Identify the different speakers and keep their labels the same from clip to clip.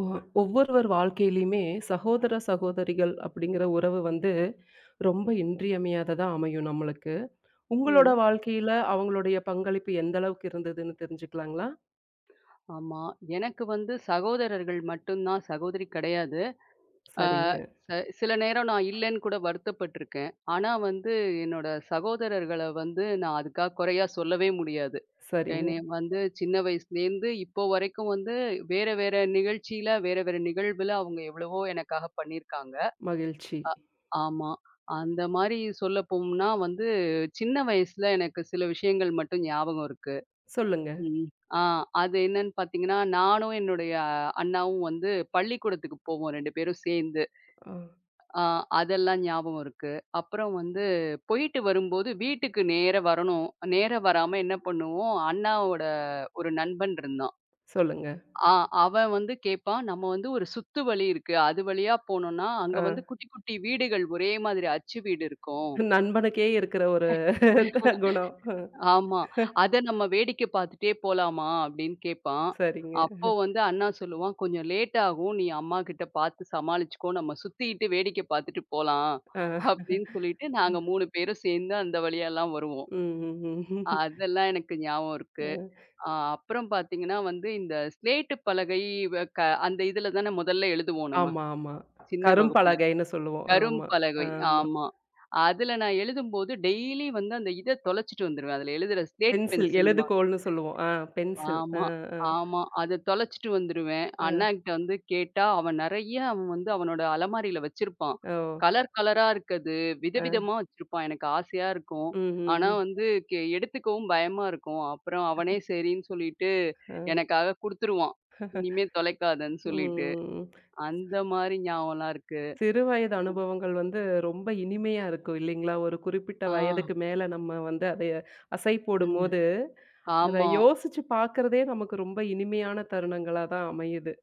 Speaker 1: ஒ ஒவ்வொருவர் வாழ்க்கையிலயுமே சகோதர, சகோதரிகள் அப்படிங்கிற உறவு வந்து ரொம்ப இன்றியமையாததா அமையும் நம்மளுக்கு. உங்களோட
Speaker 2: ம்.
Speaker 1: வாழ்க்கையில அவங்களுடைய பங்களிப்பு எந்த அளவுக்கு இருந்ததுன்னு தெரிஞ்சுக்கலாங்களா?
Speaker 2: ஆமா. எனக்கு வந்து சகோதரர்கள் மட்டும்தான். சகோதரி கிடையாது. ஆ
Speaker 1: சரிங்க,
Speaker 2: ச சில நேரம் நான் இல்லன்னு கூட வருத்தப்பட்டுருக்கேன். ஆனா வந்து என்னோட சகோதரர்கள வந்து நான் அதுக்கா குறையா சொல்லவே முடியாது.
Speaker 1: சரிங்க.
Speaker 2: என்னைய வந்து சின்ன வயசுலேருந்து இப்போ வரைக்கும் வந்து வேற வேற நிகழ்ச்சியில, வேற வேற நிகழ்வுல அவங்க எவ்வளவோ எனக்காக பண்ணியிருக்காங்க.
Speaker 1: மகிழ்ச்சி.
Speaker 2: ஆமா. அந்த மாரி சொல்லப்போம்னா வந்து சின்ன வயசுல எனக்கு சில விஷயங்கள் மட்டும் ஞாபகம் இருக்கு.
Speaker 1: சொல்லுங்க.
Speaker 2: ம். ஆ அது என்னன்னு பார்த்தீங்கன்னா, நானும் என்னுடைய அண்ணாவும் வந்து பள்ளிக்கூடத்துக்கு போவோம் 2 பேரும் சேர்ந்து.
Speaker 1: ஆ,
Speaker 2: ஆ அதெல்லாம் ஞாபகம் இருக்கு. அப்புறம் வந்து போயிட்டு வரும்போது வீட்டுக்கு நேரா வரணும். நேரா வராம என்ன பண்ணுவோம், அண்ணாவோட ஒரு நண்பன் இருந்தான்.
Speaker 1: சொல்லுங்க.
Speaker 2: ஆ அவன் வந்து கேட்பான், நம்ம வந்து ஒரு சுத்து வழி இருக்கு. அது வழியா போனோம்னா, அங்க
Speaker 1: ஆ,
Speaker 2: வந்து குட்டி குட்டி வீடுகள் ஒரே மாதிரி அச்சு வீடு இருக்கும்.
Speaker 1: நண்பனுக்கே இருக்கிற ஒரு குணம்.
Speaker 2: ஆமா. அத நம்ம வேடிக்கை பார்த்துட்டே போலாமா? அப்படின்னு கேட்பான்.
Speaker 1: சரிங்க.
Speaker 2: அப்போ வந்து அண்ணா சொல்லுவான், "கொஞ்சம் லேட் ஆகும். நீ அம்மா கிட்ட பார்த்து சமாளிச்சுக்கோ. நம்ம சுத்திட்டு வேடிக்கை பார்த்துட்டு போலாம்."
Speaker 1: ஆ,
Speaker 2: அப்படின்னு சொல்லிட்டு நாங்க 3 பேரும் சேர்ந்து அந்த வழியாலாம் வருவோம்.
Speaker 1: ம், ம், ம்.
Speaker 2: அதெல்லாம் எனக்கு ஞாபகம்
Speaker 1: அ
Speaker 2: இருக்கு. அ அப்புறம் பார்த்தீங்கன்னா வந்து இந்த ஸ்லேட்டு பலகை வ க அந்த இதுல தானே முதல்ல எழுதுவோம் நம்ம,
Speaker 1: ஆமா, ஆமா.
Speaker 2: சின்ன வகுப்புல.
Speaker 1: கரும்பலகைன்னு சொல்லுவோம்.
Speaker 2: கரும்
Speaker 1: ஆமா,
Speaker 2: பலகை.
Speaker 1: ஆமா.
Speaker 2: ஆமா. அதுல நான் எழுதும்போது டெய்லி வந்து அந்த இத தொலைச்சுட்டு வந்துருவேன். அதுல எழுதுற ஸ்லேட்
Speaker 1: பென்சில்,
Speaker 2: பென்சில்.
Speaker 1: எழுதுகோல்ன்னு சொல்லுவோம். ஆ, பென்சில். ஆ,
Speaker 2: ஆமா,
Speaker 1: ஆ.
Speaker 2: ஆமா. அத தொலைச்சுட்டு வந்துருவேன்.
Speaker 1: அ,
Speaker 2: அண்ணாகிட்ட வந்து கேட்டா, அவன் நெறைய அவன் வந்து அவனோட அலமாரியில வச்சிருப்பான்.
Speaker 1: ஓ!
Speaker 2: கலர் கலரா இருக்கது,
Speaker 1: அ,
Speaker 2: விதவிதமா வச்சிருப்பான். எனக்கு ஆசையா இருக்கும்.
Speaker 1: ம், ம்,
Speaker 2: ஆனா
Speaker 1: ம்.
Speaker 2: வந்து எடுத்துக்கவும் பயமா இருக்கும். அப்புறம் அவனே சரின்னு சொல்லிட்டு,
Speaker 1: அ,
Speaker 2: எனக்காக குடுத்துருவான். இனிமே தொலைக்காதன்னு
Speaker 1: ம்,
Speaker 2: சொல்லிட்டு.
Speaker 1: ம்.
Speaker 2: அந்த மாரி ஞாபகம்லாம் இருக்கு.
Speaker 1: சிறு வயது அனுபவங்கள் வந்து ரொம்ப இனிமையா இருக்கும் இல்லைங்களா? ஒரு குறிப்பிட்ட
Speaker 2: ஆ,
Speaker 1: வயதுக்கு மேல நம்ம வந்து அதைய அசை
Speaker 2: ம்.
Speaker 1: போடும்போது, அத
Speaker 2: ஆமா.
Speaker 1: யோசிச்சு பார்க்கிறதே நமக்கு ரொம்ப இனிமையான தருணங்களா தான் அமையுது.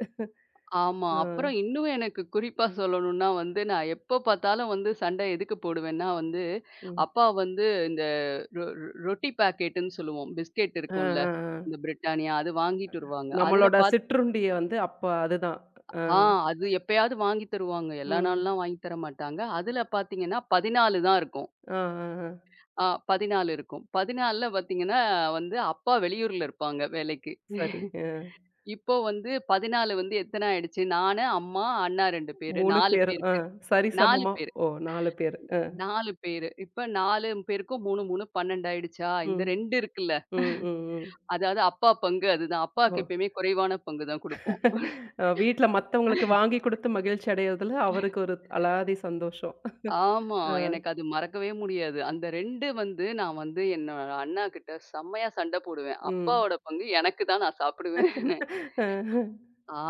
Speaker 2: ஆமா.
Speaker 1: அ,
Speaker 2: அப்புறம் இன்னும் எனக்கு குறிப்பா சொல்லணும்னா வந்து, நான் எப்ப பார்த்தாலும் வந்து சண்டை எதுக்கு போடுவேன்னா வந்து,
Speaker 1: ம்.
Speaker 2: அப்பா வந்து இந்த ரொ ரொ ரொட்டி பாக்கெட்டுன்னு சொல்லுவோம். பிஸ்கெட்
Speaker 1: அ, அ,
Speaker 2: இருக்கும்ல. இந்த
Speaker 1: அ.
Speaker 2: பிரிட்டானியா அது வாங்கிட்டு வருவாங்க. அதுல
Speaker 1: நம்மளோட
Speaker 2: பாத்
Speaker 1: சிற்றுண்டிய வந்து அப்ப அதுதான். அ,
Speaker 2: ஆ அது எப்பயாவது வாங்கி தருவாங்க. எல்லா நாள்லாம்
Speaker 1: ம்.
Speaker 2: வாங்கி தர மாட்டாங்க. அதுல பார்த்தீங்கன்னா 14 தான் இருக்கும்.
Speaker 1: அ, அ, அ.
Speaker 2: ஆ 14 இருக்கும். 14ல பார்த்தீங்கன்னா வந்து அப்பா வெளியூர்ல இருப்பாங்க வேலைக்கு.
Speaker 1: சரி. அ.
Speaker 2: இப்போ வந்து 14 வந்து எத்தன ஆயிடுச்சு? நானு, அம்மா, அண்ணா 2 பேரு.
Speaker 1: 3
Speaker 2: 4
Speaker 1: பேரும். அ,
Speaker 2: பேருக்கு. 4
Speaker 1: சரிசமமா
Speaker 2: பேரு.
Speaker 1: ஓ! 4 பேரு. அ,
Speaker 2: 4 பேரு. இப்ப 4 பேருக்கும் 3 12 ஆயிடுச்சா? இந்த
Speaker 1: ம்.
Speaker 2: 2 இருக்குல்ல.
Speaker 1: ம், ம், ம்.
Speaker 2: அதாவது அப்பா பங்கு அதுதான்.
Speaker 1: ஓ!
Speaker 2: அப்பாவுக்கு எப்பயுமே குறைவான பங்கு தான் குடுப்போம்.
Speaker 1: அ, வீட்ல மத்தவங்களுக்கு வாங்கி குடுத்து மகிழ்ச்சி அடையறதுல அவருக்கு ஒரு அலாதி சந்தோஷம்.
Speaker 2: ஆமா.
Speaker 1: அ,
Speaker 2: எனக்கு அது மறக்கவே முடியாது. அந்த 2 வந்து நான் வந்து என்னோட அண்ணா கிட்ட செம்மையா சண்டை போடுவேன்.
Speaker 1: ம்.
Speaker 2: அப்பாவோட பங்கு எனக்கு தான் நான் சாப்பிடுவேன்னு.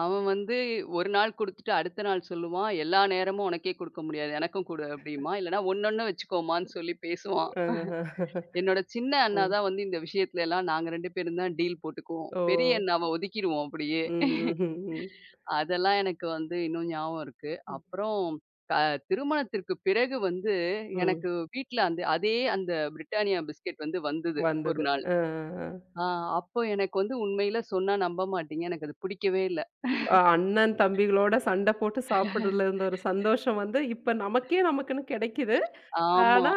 Speaker 2: அவன் வந்து ஒரு நாள் குடுத்துட்டு அடுத்த நாள் சொல்லுவான், "எல்லா நேரமும் உனக்கே குடுக்க முடியாது. எனக்கும் குடு" அப்படிம்பான். இல்லன்னா, "ஒண்ணொண்ணு வச்சுக்கோமான்னு" சொல்லி பேசுவான்.
Speaker 1: ஆஹா.
Speaker 2: என்னோட சின்ன அண்ணா
Speaker 1: ம்.
Speaker 2: தான் வந்து இந்த விஷயத்துல எல்லாம் நாங்க 2 பேரும் தான் டீல் போட்டுக்குவோம்.
Speaker 1: ஓ!
Speaker 2: பெரிய அண்ணாவ ஒதுக்கிருவோம் அப்படியே.
Speaker 1: ம், ம்ஹ்ம், ம்.
Speaker 2: அதெல்லாம் எனக்கு வந்து இன்னும் ஞாபகம் இருக்கு.
Speaker 1: ம்,
Speaker 2: அப்புறம் க திருமணத்திற்கு பிறகு வந்து
Speaker 1: ம்.
Speaker 2: எனக்கு வீட்ல அந்த அதே அந்த பிரிட்டானியா பிஸ்கட் வந்து வந்தது ஒரு
Speaker 1: வந்தது.
Speaker 2: நாள்.
Speaker 1: அ, அ,
Speaker 2: ஆ அப்போ எனக்கு வந்து உண்மையில சொன்னா நம்ப மாட்டீங்க. எனக்கு அது பிடிக்கவே இல்ல.
Speaker 1: அ. அண்ணன் தம்பிகளோட சண்ட போட்டு சாப்பிடுறதுல இருந்த ஒரு சந்தோஷம் வந்து இப்ப நமக்கே நமக்குன்னு கிடைக்குது.
Speaker 2: ஆமா.
Speaker 1: ஆனா,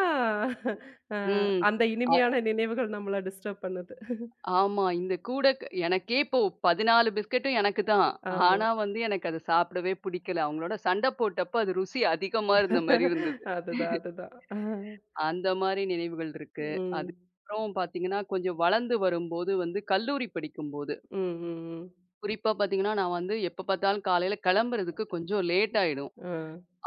Speaker 1: அ
Speaker 2: ம்.
Speaker 1: அந்த
Speaker 2: அ
Speaker 1: இனிமையான நினைவுகள் நம்மள டிஸ்டர்ப் பண்ணுது.
Speaker 2: ஆமா. இந்த கூட எனக்கே இப்போ 14 பிஸ்கட்டும் எனக்கு தான்.
Speaker 1: ஆமா.
Speaker 2: ஆனா வந்து எனக்கு அத சாப்பிடவே பிடிக்கல. அவங்களோட சண்ட போட்டப்ப அது ருசி அதிகமா இருந்த மாரி இருந்தது.
Speaker 1: அதுதான், அதுதான்.
Speaker 2: அந்த மாரி நினைவுகள் இருக்கு.
Speaker 1: ம்.
Speaker 2: அதுக்கப்புறம் பார்த்தீங்கன்னா, கொஞ்சம் வளர்ந்து வரும்போது வந்து கல்லூரி படிக்கும்போது,
Speaker 1: ம், ம், ம்.
Speaker 2: குறிப்பா பார்த்தீங்கன்னா, நான் வந்து எப்ப பார்த்தாலும் காலையில கிளம்புறதுக்கு கொஞ்சம் லேட் ஆயிடும்.
Speaker 1: ஆ.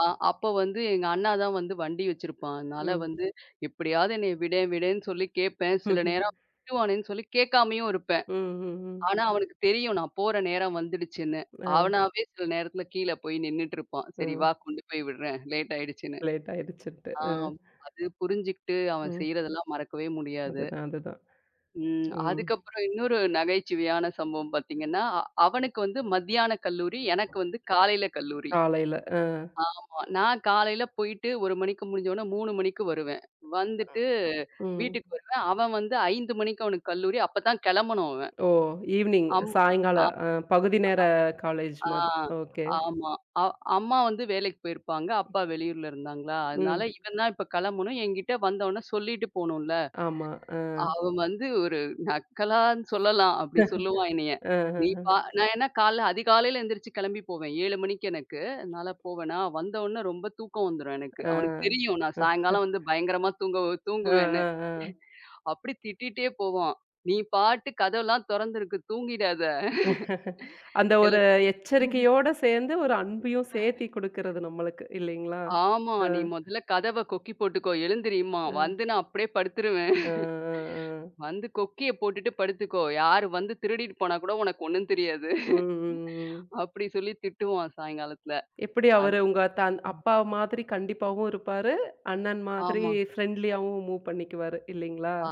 Speaker 2: அ அப்ப வந்து எங்க அண்ணா தான் வந்து வண்டி வச்சிருப்பான். அதனால
Speaker 1: ம்.
Speaker 2: வந்து எப்படியாவது என்னைய விடேன் விடேன்னு சொல்லி கேட்பேன். சில
Speaker 1: ம்ஹ்ம்.
Speaker 2: நேரம் விட்டுவானேன்னு சொல்லி கேட்காமயும் இருப்பேன்.
Speaker 1: ம், ம், ம்.
Speaker 2: ஆனா, அவனுக்கு தெரியும் நான் போற நேரம் வந்துடுச்சுன்னு.
Speaker 1: அ,
Speaker 2: அவனாவே சில நேரத்துல கீழ போய் நின்னுட்டு இருப்பான்.
Speaker 1: அ.
Speaker 2: "சரி வா கொண்டு போய் விடுறேன். லேட் ஆயிடுச்சுன்னு."
Speaker 1: லேட் ஆயிடுச்சுன்ட்டு.
Speaker 2: ஆ
Speaker 1: அ,
Speaker 2: அது புரிஞ்சுகிட்டு அவன்
Speaker 1: ம்.
Speaker 2: செய்றதெல்லாம் மறக்கவே முடியாது.
Speaker 1: அதுதான், அதுதான்.
Speaker 2: ம்.
Speaker 1: ம்.
Speaker 2: அதுக்கப்புறம் இன்னொரு நகைச்சுவையான சம்பவம் பார்த்தீங்கன்னா, அவனுக்கு வந்து மத்தியான கல்லூரி, எனக்கு வந்து காலையில கல்லூரி.
Speaker 1: காலையில. அ,
Speaker 2: ஆமா. நான் காலையில போயிட்டு 1 மணிக்கு முடிஞ்சோனே 3 மணிக்கு வருவேன். வந்துட்டு
Speaker 1: ம்.
Speaker 2: வீட்டுக்கு வருவேன். அவன் வந்து 5 மணிக்கு அவனுக்கு கல்லூரி. அப்ப தான் கெளம்பணும் அவன்.
Speaker 1: ஓ! ஈவ்னிங்
Speaker 2: அம்
Speaker 1: சாயங்காலம். அ, பகுதி நேர காலேஜ்
Speaker 2: ஆ,
Speaker 1: மாதிரி. ஓகே.
Speaker 2: ஆமா. அ அம்மா வந்து வேலைக்கு போயிருப்பாங்க. அப்பா வெளியூர்ல இருந்தாங்களா, அதனால
Speaker 1: ம்.
Speaker 2: இவன் தான் இப்ப கிளம்பணும். என்கிட்ட வந்தவுடனே சொல்லிட்டு போணும்ல.
Speaker 1: ஆமா. அ.
Speaker 2: அவன் வந்து ஒரு நக்கலான்னு சொல்லலாம். அப்படி சொல்லுவான் என்னைய. நீ
Speaker 1: அஹஹ.
Speaker 2: பா நான் ஏன்னா காலைல அதிகாலையில எந்திரிச்சு கிளம்பி போவேன். 7 மணிக்கு எனக்கு. அதனால போவேனா, வந்தவுடனே ரொம்ப தூக்கம் வந்துரும் எனக்கு.
Speaker 1: அ.
Speaker 2: அவனுக்கு தெரியும். நான்
Speaker 1: அ,
Speaker 2: சாயங்காலம் வந்து பயங்கரமா தூங்க
Speaker 1: அ,
Speaker 2: தூங்குவேன்னு.
Speaker 1: அ, அ.
Speaker 2: அப்படி திட்டிட்டே போவான். "நீ பாட்டு கதவெல்லாம் தொறந்திருக்கு. தூங்கிடாத.
Speaker 1: அந்த ஒரு
Speaker 2: எல்லாத்தையும்"
Speaker 1: எச்சரிக்கையோட சேர்ந்து ஒரு அன்பையும் சேர்த்தி குடுக்குறது நம்மளுக்கு இல்லைங்களா?
Speaker 2: ஆமா.
Speaker 1: அ,
Speaker 2: "நீ மொதல்ல கதவ கொக்கி போட்டுக்கோ, எழுந்திரிம்மா.
Speaker 1: அ,
Speaker 2: வந்து நான் அப்படியே படுத்துருவேன்.
Speaker 1: அ, அ, அ.
Speaker 2: வந்து கொக்கிய போட்டுட்டு படுத்துக்கோ. யாரு வந்து திருடிட்டு போனா கூட உனக்கு ஒண்ணும் தெரியாது."
Speaker 1: ம், ம், ம்.
Speaker 2: அப்படி சொல்லி திட்டுவான் சாயங்காலத்துல.
Speaker 1: எப்படி
Speaker 2: அது
Speaker 1: அவரு உங்க தன் அப்பா மாதிரி கண்டிப்பாவும் இருப்பாரு. அண்ணன் மாதிரி
Speaker 2: ஆமா.
Speaker 1: ஃப்ரெண்ட்லியாவும் மூவ் பண்ணிக்குவாரு இல்லைங்களா?
Speaker 2: அ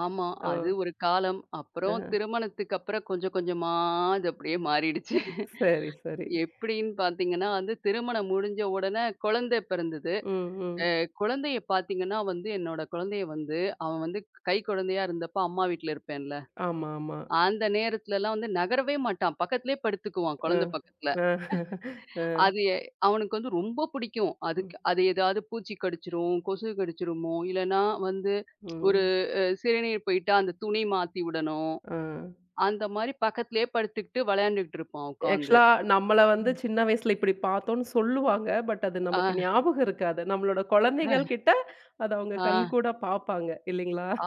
Speaker 2: ஆமா.
Speaker 1: ஓ!
Speaker 2: அது ஒரு காலம்.
Speaker 1: அ.
Speaker 2: அப்புறம் திருமணத்துக்கு அப்புறம் கொஞ்சம் கொஞ்சமா அது அப்படியே மாறிடுச்சு.
Speaker 1: சரி, சரி.
Speaker 2: எப்படின்னு பார்த்தீங்கன்னா வந்து, திருமணம் முடிஞ்ச உடனே குழந்தை பிறந்தது.
Speaker 1: ம்,
Speaker 2: அ
Speaker 1: ம்.
Speaker 2: குழந்தைய பார்த்தீங்கன்னா வந்து, என்னோட குழந்தைய வந்து அவன் வந்து கை குழந்தையா இருந்தப்ப அம்மா வீட்ல இருப்பேன்ல.
Speaker 1: ஆமா, ஆமா.
Speaker 2: அந்த நேரத்துலலாம் வந்து நகரவே மாட்டான். பக்கத்திலேயே படுத்துக்குவான்,
Speaker 1: அ,
Speaker 2: குழந்தை பக்கத்துல.
Speaker 1: அ, அ.
Speaker 2: அது எ அவனுக்கு வந்து ரொம்ப பிடிக்கும்.
Speaker 1: ம்,
Speaker 2: அதுக்கு அது ஏதாவது பூச்சி கடிச்சிரும், கொசு கடிச்சிருமோ, இல்லன்னா வந்து ஒரு
Speaker 1: ம்.
Speaker 2: சிறுநீர் போயிட்டா அந்த துணி மாத்தி விடணும்.
Speaker 1: அ.
Speaker 2: அந்த மாரி பக்கத்திலேயே படுத்துக்கிட்டு விளையாண்டுகிட்டு இருப்பான் உட்காந்து.
Speaker 1: ஆக்சுவலா நம்மள வந்து
Speaker 2: ம்.
Speaker 1: சின்ன வயசுல இப்படி பார்த்தோம்ன்னு சொல்லுவாங்க. பட் அது நமக்கு
Speaker 2: ஆ,
Speaker 1: ஞாபகம் இருக்காது. நம்மளோட
Speaker 2: அ,
Speaker 1: குழந்தைகள் கிட்ட அத அவங்க
Speaker 2: ஆ.
Speaker 1: கண்கூடா பார்ப்பாங்க இல்லைங்களா?
Speaker 2: அ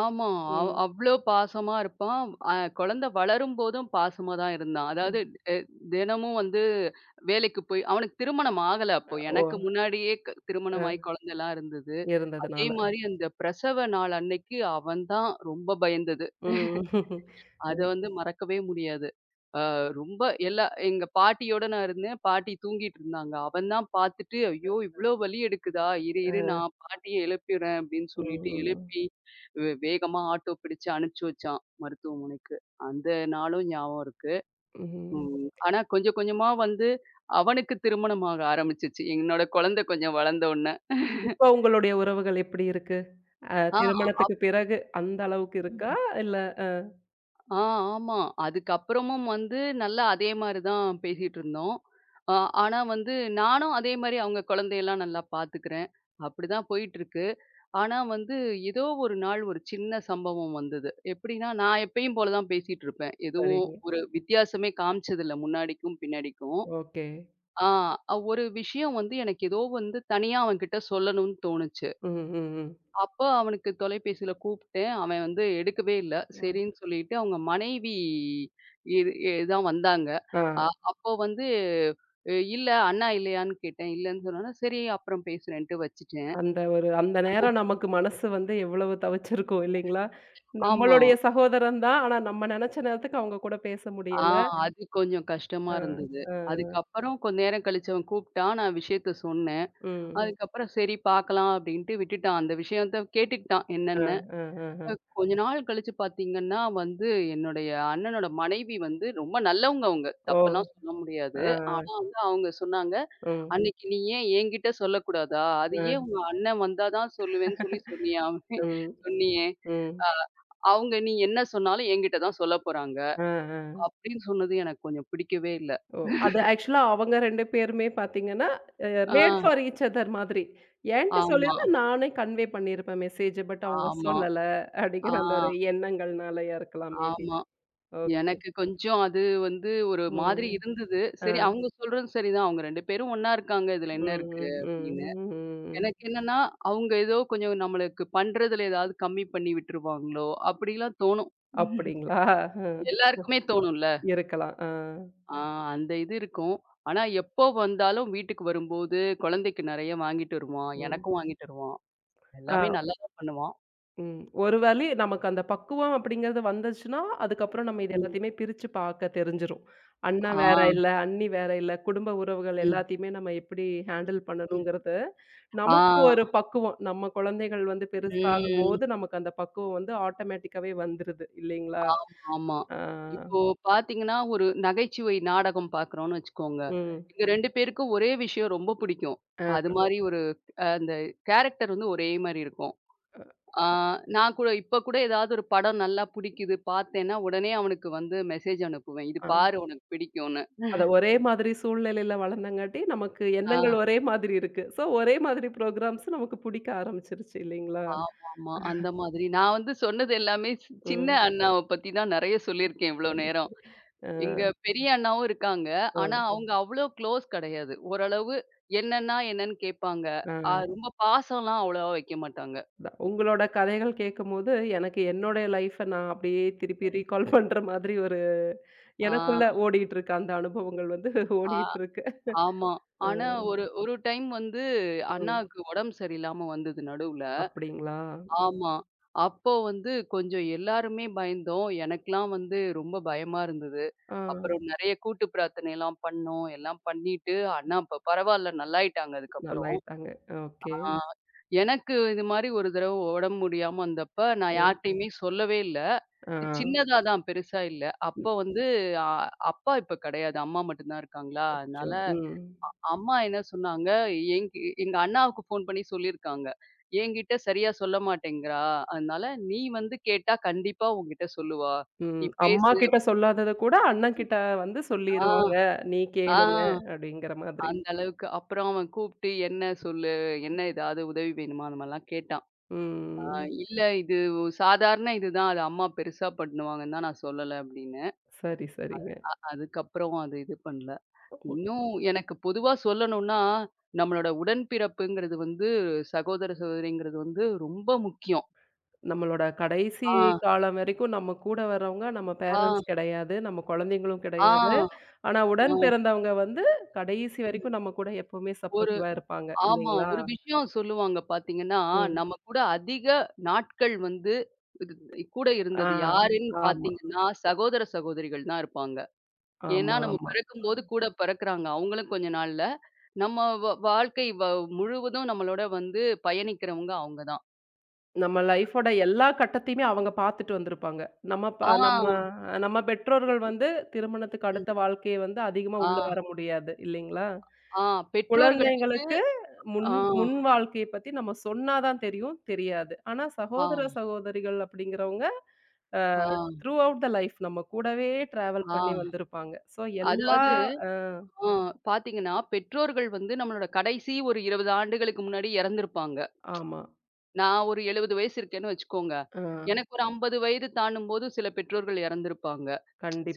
Speaker 2: ஆமா.
Speaker 1: ம்,
Speaker 2: அவ்ளோ பாசமா இருப்பான். குழந்தை வளரும்போதும் பாசமா தான் இருந்தான். அதாவது
Speaker 1: ம்.
Speaker 2: எ தினமும் வந்து வேலைக்கு போய் அவனுக்கு திருமணம் ஆகல அப்போ.
Speaker 1: ஓ!
Speaker 2: எனக்கு முன்னாடியே திருமணமாயி
Speaker 1: அ.
Speaker 2: குழந்தைலாம் இருந்தது. அதே
Speaker 1: இருந்ததுனால.
Speaker 2: மாரி அந்த பிரசவ நாள் அன்னைக்கு அவன் தான் ரொம்ப பயந்தது.
Speaker 1: ம்.
Speaker 2: அத
Speaker 1: ம்.
Speaker 2: வந்து மறக்கவே முடியாது. அ ரொம்ப எல்லா எங்க பாட்டியோட நான் இருந்தேன். பாட்டி தூங்கிட்டு இருந்தாங்க. அவன் தான் பார்த்துட்டு, "ஐயோ! இவ்ளோ வலி எடுக்குதா? இரு, இரு
Speaker 1: அ.
Speaker 2: நான் பாட்டிய எழுப்பிறேன்" அப்படின்னு சொல்லிட்டு
Speaker 1: ம்.
Speaker 2: எழுப்பி, வேகமா ஆட்டோ பிடிச்சு அனுப்பிச்சு வச்சான் மருத்துவமனைக்கு. அந்த நாளும் ஞாபகம் இருக்கு.
Speaker 1: ம்.
Speaker 2: ம். ஆனா கொஞ்சம் கொஞ்சமா வந்து அவனுக்கு திருமணம் ஆக ஆரம்பிச்சுச்சு. என்னோட குழந்தை கொஞ்சம் வளர்ந்த உடனே.
Speaker 1: இப்ப உங்களுடைய உறவுகள் எப்படி இருக்கு? அ,
Speaker 2: ஆ.
Speaker 1: திருமணத்துக்கு பிறகு அந்த அளவுக்கு இருக்கா?
Speaker 2: ம்.
Speaker 1: இல்ல அ
Speaker 2: ஆ ஆமா. அதுக்கப்புறமும் வந்து நல்லா அதே மாரி தான் பேசிட்டு இருந்தோம். அ ஆனா வந்து நானும் அதே மாரி அவங்க குழந்தையெல்லாம் நல்லா பார்த்துக்கிறேன். அப்படிதான் போயிட்டுருக்கு. ஆனா வந்து ஏதோ ஒரு நாள் ஒரு சின்ன சம்பவம் வந்தது. எப்படின்னா, நான் எப்பயும் போல தான் பேசிட்டு இருப்பேன். எதுவும்
Speaker 1: சரிங்க.
Speaker 2: ஒரு வித்தியாசமே காமிச்சதில்ல முன்னாடிக்கும் பின்னாடிக்கும்.
Speaker 1: ஓகே.
Speaker 2: ஆ ஒரு விஷயம் வந்து எனக்கு ஏதோ வந்து தனியா அவன்கிட்ட சொல்லணும்னு தோணுச்சு.
Speaker 1: ம், ம், ம்.
Speaker 2: அப்போ அவனுக்கு தொலைபேசியில கூப்பிட்டேன். அவன் வந்து எடுக்கவே இல்ல. சரின்னு சொல்லிட்டு அவங்க மனைவி இது எ தான் வந்தாங்க.
Speaker 1: ஆ,
Speaker 2: அ அப்போ வந்து "அ இல்ல அண்ணா இல்லையான்னு?" கேட்டேன். இல்லன்னு சொன்னோனே, "சரி அப்புறம் பேசுறேன்ட்டு" வச்சுட்டேன்.
Speaker 1: அந்த ஒரு அந்த நேரம் நமக்கு மனசு வந்து எவ்வளவு தவிச்சிருக்கும் இல்லைங்களா?
Speaker 2: ஆமா.
Speaker 1: நம்மளுடைய சகோதரன் தான். ஆனா நம்ம நெனச்ச நேரத்துக்கு அவங்க கூட பேச
Speaker 2: ஆ
Speaker 1: முடியல.
Speaker 2: அது கொஞ்சம் கஷ்டமா
Speaker 1: ஆ,
Speaker 2: இருந்தது.
Speaker 1: ஆ, ஆ.
Speaker 2: அதுக்கப்புறம் கொஞ்ச நேரம் கழிச்சு அவன் கூப்பிட்டான். நான் விஷயத்த சொன்னேன்.
Speaker 1: ம்.
Speaker 2: அதுக்கப்புறம் சரி பார்க்கலாம் அப்படின்ட்டு விட்டுட்டான். அந்த விஷயத்த கேட்டுக்கிட்டான்
Speaker 1: ஆ,
Speaker 2: என்னன்னு.
Speaker 1: ஆ, ஆ, ஆ.
Speaker 2: அ கொஞ்ச நாள் கழிச்சு பார்த்தீங்கன்னா வந்து, என்னுடைய அண்ணனோட மனைவி வந்து ரொம்ப நல்லவங்க அவங்க.
Speaker 1: ஓ!
Speaker 2: தப்பெல்லாம் சொல்ல முடியாது.
Speaker 1: ஆ, ஆ.
Speaker 2: ஆனா வந்து அவங்க சொன்னாங்க,
Speaker 1: ம்.
Speaker 2: "அன்னைக்கு நீ ஏன் என்கிட்ட சொல்லக்கூடாதா? அது ஏன்
Speaker 1: ஆ.
Speaker 2: உங்க அண்ணன் வந்தா தான் சொல்லுவேன்னு சொல்லி சொன்னியாமே
Speaker 1: ம்,
Speaker 2: சொன்னியே!
Speaker 1: ம்.
Speaker 2: அ அவங்க நீ என்ன சொன்னாலும் என்கிட்ட தான் சொல்லப் போறாங்க."
Speaker 1: ஆ, ஆ.
Speaker 2: அப்படின்னு சொன்னது எனக்கு கொஞ்சம் பிடிக்கவே இல்ல.
Speaker 1: ஓ! அது ஆக்சுவலா அவங்க 2 பேருமே பார்த்தீங்கன்னா, அ, made
Speaker 2: ah,
Speaker 1: for each other மாதிரி. என்ட்ட
Speaker 2: ஆமா,
Speaker 1: சொல்லியிருந்தா நானே கன்வே பண்ணியிருப்பேன் மெசேஜ். பட் அவங்க
Speaker 2: ஆமா.
Speaker 1: சொல்லல
Speaker 2: ஆ,
Speaker 1: அப்படிங்கிற அந்த ஒரு எண்ணங்கள்னாலயா இருக்கலாம் மேபி.
Speaker 2: ஆமா.
Speaker 1: ஓகே.
Speaker 2: எனக்கு கொஞ்சம் அது வந்து ஒரு மாதிரி
Speaker 1: ம்.
Speaker 2: இருந்தது.
Speaker 1: ஆ.
Speaker 2: சரி அவங்க சொல்றதும் சரிதான். அவங்க 2 பேரும் ஒண்ணா இருக்காங்க. இதுல
Speaker 1: ம்,
Speaker 2: என்ன இருக்கு
Speaker 1: ம், ம்,
Speaker 2: அப்படின்னு.
Speaker 1: ம், ம்.
Speaker 2: எனக்கு என்னன்னா, அவங்க ஏதோ கொஞ்சம் நம்மளுக்கு பண்றதுல ஏதாவது கம்மி பண்ணி விட்டுருவாங்களோ அப்படிலாம் தோணும்.
Speaker 1: அப்படிங்களா? அ,
Speaker 2: எல்லாருக்குமே தோணும்ல.
Speaker 1: இருக்கலாம். ஆ.
Speaker 2: ஆ அந்த இது இருக்கும். ஆனா எப்போ வந்தாலும் வீட்டுக்கு வரும்போது குழந்தைக்கு நெறைய வாங்கிட்டு வருவான்.
Speaker 1: ம்.
Speaker 2: எனக்கும் வாங்கிட்டு வருவான். எல்லாமே
Speaker 1: ஆ.
Speaker 2: நல்லா தான் பண்ணுவான்.
Speaker 1: ம். ஒரு வேளை நமக்கு அந்த பக்குவம் அப்படிங்கிறது வந்துச்சுன்னா, அதுக்கப்புறம் நம்ம இது
Speaker 2: ம்.
Speaker 1: எல்லாத்தையுமே பிரிச்சு பாக்க தெரிஞ்சிரும். அண்ணா
Speaker 2: ஆ.
Speaker 1: வேற இல்ல, அண்ணி வேற இல்ல, குடும்ப உறவுகள்
Speaker 2: ம்.
Speaker 1: எல்லாத்தையுமே நம்ம எப்படி ஹேண்டில்
Speaker 2: ம்.
Speaker 1: பண்ணணுங்கிறது, நமக்கு ஒரு
Speaker 2: ஆ.
Speaker 1: பக்குவம். நம்ம குழந்தைகள் வந்து
Speaker 2: ம்.
Speaker 1: பெருசாகும்போது, நமக்கு அந்த பக்குவம் வந்து ஆட்டோமேட்டிக்காவே வந்துருது இல்லைங்களா?
Speaker 2: ஆமா, ஆமா.
Speaker 1: ஆ,
Speaker 2: இப்போ பார்த்தீங்கன்னா, ஒரு நகைச்சுவை நாடகம் பார்க்குறோம்னு வச்சுக்கோங்க.
Speaker 1: ம்.
Speaker 2: எங்க 2 பேருக்கும் ஒரே விஷயம் ரொம்ப பிடிக்கும்.
Speaker 1: அ,
Speaker 2: அது மாரி ஒரு அந்த கேரக்டர் வந்து ஒரே மாரி இருக்கும். ஆ நான் கூட இப்ப கூட ஏதாவது ஒரு படம் நல்லா பிடிக்குது பார்த்தேன்னா, உடனே அவனுக்கு வந்து மெசேஜ் அனுப்புவேன். இது
Speaker 1: ஆ.
Speaker 2: பாரு உனக்கு பிடிக்கும்னு.
Speaker 1: அதான் ஒரே மாதிரி சூழ்நிலையில வளர்ந்தங்காட்டி, நமக்கு
Speaker 2: ஆ
Speaker 1: எண்ணங்கள் ஒரே மாதிரி இருக்கு. ஸோ, ஒரே மாதிரி ப்ரோகிராம்ஸ் நமக்கு புடிக்க ஆரம்பிச்சுருச்சு இல்லைங்களா?
Speaker 2: ஆமாமா. அந்த மாதிரி நான் வந்து சொன்னது எல்லாமே சின்ன
Speaker 1: ம்.
Speaker 2: அண்ணாவ பத்தி தான் நெறைய சொல்லியிருக்கேன் இவ்ளோ
Speaker 1: சரி.
Speaker 2: நேரம்.
Speaker 1: ஆ,
Speaker 2: எங்க பெரிய அண்ணாவும் இருக்காங்க. ஆனா
Speaker 1: ஆ.
Speaker 2: ம். அவங்க அவ்ளோ க்ளோஸ் கிடையாது. ஓரளவு என்னன்னா என்னன்னு கேட்பாங்க.
Speaker 1: ஆ,
Speaker 2: ரொம்ப பாசம்லாம் அவ்வளவா வைக்க மாட்டாங்க.
Speaker 1: அதான். உங்களோட கதைகள் கேட்கும்போது, எனக்கு என்னோட லைஃப்ப நான் அப்படியே திருப்பி ரீகால் பண்ற மாதிரி ஒரு
Speaker 2: ஆ
Speaker 1: எனக்குள்ள ஓடிட்டு இருக்கு. அந்த அனுபவங்கள் வந்து
Speaker 2: ஆ
Speaker 1: ஓடிட்டு இருக்கு.
Speaker 2: ஆமா. ஆனா
Speaker 1: அ,
Speaker 2: ஒரு ஒரு டைம் வந்து
Speaker 1: ம்.
Speaker 2: அண்ணாவுக்கு உடம்பு சரியில்லாம வந்தது நடுவுல.
Speaker 1: அப்படிங்களா? ம்.
Speaker 2: ஆமா. அப்போ வந்து கொஞ்சம் எல்லாருமே பயந்தோம். எனக்கெல்லாம் வந்து ரொம்ப பயமா இருந்தது.
Speaker 1: ஆ,
Speaker 2: அப்புறம் நெறைய கூட்டு பிரார்த்தனைலாம் பண்ணோம். எல்லாம் பண்ணிட்டு அண்ணா இப்ப பரவால்ல நல்லாயிட்டாங்க அதுக்கப்புறம்.
Speaker 1: நல்லாயிட்டாங்க.
Speaker 2: ஆ.
Speaker 1: ஓகே.
Speaker 2: எனக்கு இது மாரி ஒரு தடவ உடம்பு முடியாம வந்தப்ப, நான்
Speaker 1: ம்.
Speaker 2: யார்ட்டயுமே சொல்லவே இல்ல.
Speaker 1: ஆ.
Speaker 2: சின்னதா தான், பெருசா இல்ல. அப்போ வந்து அ அப்பா இப்ப கெடையாது. அம்மா மட்டும் தான் இருக்காங்களா,
Speaker 1: அச்சோ!
Speaker 2: அதனால
Speaker 1: ம்.
Speaker 2: அம்மா என்ன சொன்னாங்க, எங் எங்க அண்ணாவுக்கு ஃபோன் பண்ணி சொல்லியிருக்காங்க. "என்கிட்ட சரியா சொல்ல மாட்டேங்கிறா, அதனால நீ வந்து கேட்டா கண்டிப்பா உன்கிட்ட சொல்லுவா.
Speaker 1: ம்.
Speaker 2: நீ
Speaker 1: அம்மா
Speaker 2: பேசு".
Speaker 1: கிட்ட சொல்லாதத கூட அண்ணன் கிட்ட வந்து
Speaker 2: ஆ,
Speaker 1: சொல்லிருவாங்க. நீ
Speaker 2: ஆ
Speaker 1: கேளுங்க அப்படிங்கிற மாதிரி.
Speaker 2: அந்த அளவுக்கு. அப்புறம் அவன் கூப்ட்டு என்ன சொல்லு? என்ன ஏதாவது உதவி வேணுமா? அந்த மாரிலாம் கேட்டான். ஆ
Speaker 1: ம்.
Speaker 2: இல்ல இது சாதாரண இதுதான். அது அம்மா பெருசா பண்ணுவாங்கன்னு தான் நான் சொல்லல அப்படின்னு.
Speaker 1: சரி, சரிங்க.
Speaker 2: அதுக்கப்புறம் அது இது பண்ணல. இன்னும் எனக்கு பொதுவா சொல்லணும்னா, நம்மளோட உடன்பிறப்புங்கிறது வந்து சகோதர, சகோதரிங்கிறது வந்து ரொம்ப முக்கியம்.
Speaker 1: நம்மளோட கடைசி
Speaker 2: ஆ,
Speaker 1: காலம் வரைக்கும் நம்ம கூட வர்றவங்க நம்ம
Speaker 2: ஆ,
Speaker 1: பேரண்ட்ஸ் கிடையாது. நம்ம குழந்தைங்களும்
Speaker 2: ஆ,
Speaker 1: கிடையாது. ஆனா,
Speaker 2: ஆ.
Speaker 1: உடன் பிறந்தவங்க வந்து கடைசி வரைக்கும் நம்ம கூட எப்பவுமே
Speaker 2: ஒரு
Speaker 1: சப்போர்ட்டிவா இருப்பாங்க.
Speaker 2: ஆமா.
Speaker 1: இல்லைங்களா?
Speaker 2: ஒரு விஷயம் சொல்லுவாங்க பார்த்தீங்கன்னா,
Speaker 1: ம்.
Speaker 2: நம்ம கூட அதிக நாட்கள் வந்து இது கூட
Speaker 1: ஆ.
Speaker 2: இருந்தது யாருன்னு
Speaker 1: ஆமா,
Speaker 2: பார்த்தீங்கன்னா, சகோதர, சகோதரிகள் தான் இருப்பாங்க. ஏன்னா
Speaker 1: ஆமா,
Speaker 2: நம்ம
Speaker 1: ஆமா.
Speaker 2: பிறக்கும்போது கூட பிறக்குறாங்க. அவங்களும் கொஞ்ச நாள்ல. நம்ம வாழ்க்கை முழுவதும் நம்மளோட வந்து பயணிக்கிறவங்க அவங்க தான்.
Speaker 1: நம்ம லைஃபோட எல்லா கட்டத்தையுமே அவங்க பார்த்துட்டு வந்திருப்பாங்க. நம்ம ப
Speaker 2: ஆ,
Speaker 1: நம்ம நம்ம பெற்றோர்கள் வந்து திருமணத்துக்கு
Speaker 2: ம்.
Speaker 1: அடுத்த வாழ்க்கைய வந்து அதிகமா
Speaker 2: ஆ,
Speaker 1: உள்ள வர முடியாது. இல்லைங்களா?
Speaker 2: ஆ பெற்றோர்கள்.
Speaker 1: குழந்தைங்களுக்கு முன்
Speaker 2: ஆ,
Speaker 1: முன் வாழ்க்கைய பத்தி நம்ம சொன்னா தான் தெரியும், தெரியாது. ஆனா
Speaker 2: ஆ,
Speaker 1: சகோதர, சகோதரிகள் அப்படிங்கிறவங்க அ,
Speaker 2: ஆ,
Speaker 1: த்ரூ அவுட் த லைஃப் நம்ம கூடவே ட்ராவல்
Speaker 2: ஆ.
Speaker 1: பண்ணி வந்திருப்பாங்க. ஸோ எல்லா
Speaker 2: அதாவது
Speaker 1: அ
Speaker 2: ஆ பார்த்தீங்கன்னா, பெற்றோர்கள் வந்து நம்மளோட கடைசி ஒரு 20 ஆண்டுகளுக்கு முன்னாடி இறந்திருப்பாங்க.
Speaker 1: ஆமா.
Speaker 2: நான் ஒரு 70 வயசு இருக்கேன்னு வச்சுக்கோங்க.
Speaker 1: அ
Speaker 2: எனக்கு ஒரு 50 வயது தாண்டும்போது சில பெற்றோர்கள் இறந்திருப்பாங்க.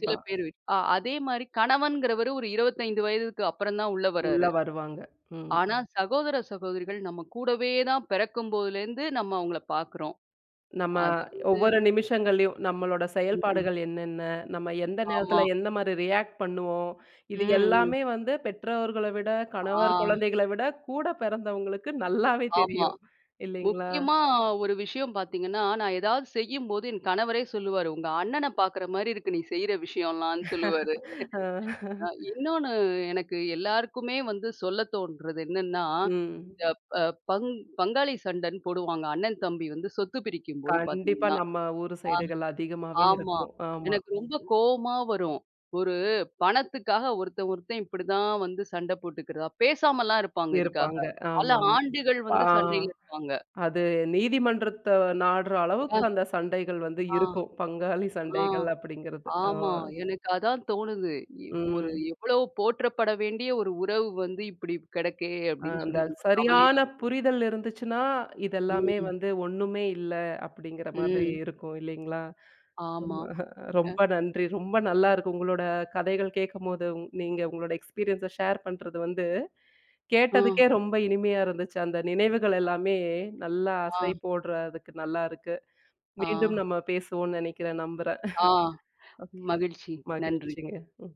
Speaker 2: சில பேர் வீட் அதே மாரி கணவன்கிறவரு ஒரு 25 வயதுக்கு அப்புறம் தான் உள்ள
Speaker 1: உள்ள
Speaker 2: வராரு.
Speaker 1: வருவாங்க. ம்.
Speaker 2: ஆனா, சகோதர, சகோதரிகள் நம்ம கூடவே தான் பிறக்கும்போதுலேருந்து நம்ம அவங்கள பார்க்குறோம்.
Speaker 1: நம்ம
Speaker 2: அது வந்து
Speaker 1: ஒவ்வொரு நிமிஷங்கள்லயும் நம்மளோட
Speaker 2: ம்.
Speaker 1: செயல்பாடுகள் என்னென்ன? நம்ம எந்த
Speaker 2: ஆமா.
Speaker 1: நேரத்துல எந்த மாரி ரியாக்ட் பண்ணுவோம்? இது
Speaker 2: ம், ம்.
Speaker 1: எல்லாமே வந்து பெற்றோர்கள விட,
Speaker 2: ஆ,
Speaker 1: கணவர், குழந்தைகள விட கூட பிறந்தவங்களுக்கு நல்லாவே
Speaker 2: ஆமா.
Speaker 1: தெரியும். இல்லைங்களா?
Speaker 2: முக்கியமா ஒரு விஷயம் பார்த்தீங்கன்னா, நான் ஏதாவது செய்யும்போது என் கணவரே சொல்லுவாரு, "உங்க அண்ணன பார்க்குற மாரி இருக்கு நீ செய்ற விஷயம்லாம்" சொல்லுவாரு.
Speaker 1: அ,
Speaker 2: இன்னொன்னு எனக்கு எல்லாருக்குமே வந்து சொல்ல தோன்றது என்னன்னா,
Speaker 1: ம்.
Speaker 2: இந்த ப பங் பங்காளி சண்டைன்னு போடுவாங்க. அண்ணன், தம்பி வந்து சொத்து பிரிக்கும்போது
Speaker 1: கண்டிப்பா
Speaker 2: பார்த்தீங்கன்னா.
Speaker 1: நம்ம ஊரு சைடுகள் அதிகமாவே
Speaker 2: ஆமா.
Speaker 1: இருக்கும். ஆமா.
Speaker 2: எனக்கு ரொம்ப கோவமா வரும். ஒரு பணத்துக்காக ஒருத்தன் ஒருத்தன் இப்படிதான் வந்து சண்டை போட்டுக்கிறதா? பேசாமலாம் இருப்பாங்க இதுக்காக.
Speaker 1: இருப்பாங்க.
Speaker 2: பல
Speaker 1: ஆமாமா.
Speaker 2: ஆண்டுகள் வந்து
Speaker 1: ஆ,
Speaker 2: சண்டையில இருப்பாங்க.
Speaker 1: அது நீதிமன்றத்த நாடுற அளவுக்கு
Speaker 2: அ,
Speaker 1: அந்த சண்டைகள் வந்து
Speaker 2: ஆ,
Speaker 1: இருக்கும். பங்காளி
Speaker 2: ஆ.
Speaker 1: சண்டைகள் அப்படிங்கிறது. ஆ.
Speaker 2: ஆமா. எனக்கு அதான் தோணுது. இ ஒரு
Speaker 1: ம்.
Speaker 2: எவ்வளோ போற்றப்பட வேண்டிய ஒரு உறவு வந்து இப்படி கிடக்கே
Speaker 1: அ,
Speaker 2: அப்படின்னு
Speaker 1: அந்த
Speaker 2: சொல்லி ரொம்ப
Speaker 1: சரியான
Speaker 2: கவலையா.
Speaker 1: புரிதல் இருந்துச்சுன்னா, இதெல்லாமே
Speaker 2: ம்,
Speaker 1: வந்து ஒண்ணுமே இல்ல அப்படிங்கிற மாதிரி
Speaker 2: ம்.
Speaker 1: இருக்கும் இல்லைங்களா?
Speaker 2: ஆமா.
Speaker 1: ஆமா.
Speaker 2: அ,
Speaker 1: ரொம்ப நன்றி. ரொம்ப நல்லா இருக்கு. உங்களோட கதைகள் கேட்கும்போது, உங் நீங்க உங்களோட எக்ஸ்பீரியன்ஸ ஷேர் பண்றது வந்து
Speaker 2: ஆ,
Speaker 1: கேட்டதுக்கே ரொம்ப இனிமையா இருந்துச்சு. அந்த நினைவுகள் எல்லாமே நல்லா
Speaker 2: ஆ,
Speaker 1: அசை போடுறதுக்கு நல்லா இருக்கு.
Speaker 2: ஆ,
Speaker 1: மீண்டும் நம்ம பேசுவோம்னு நினைக்கிறேன், நம்புறேன்.
Speaker 2: ஆ.
Speaker 1: ஓகே.
Speaker 2: மகிழ்ச்சி. நன்றி.
Speaker 1: மகிழ்ச்சிங்க. ம்.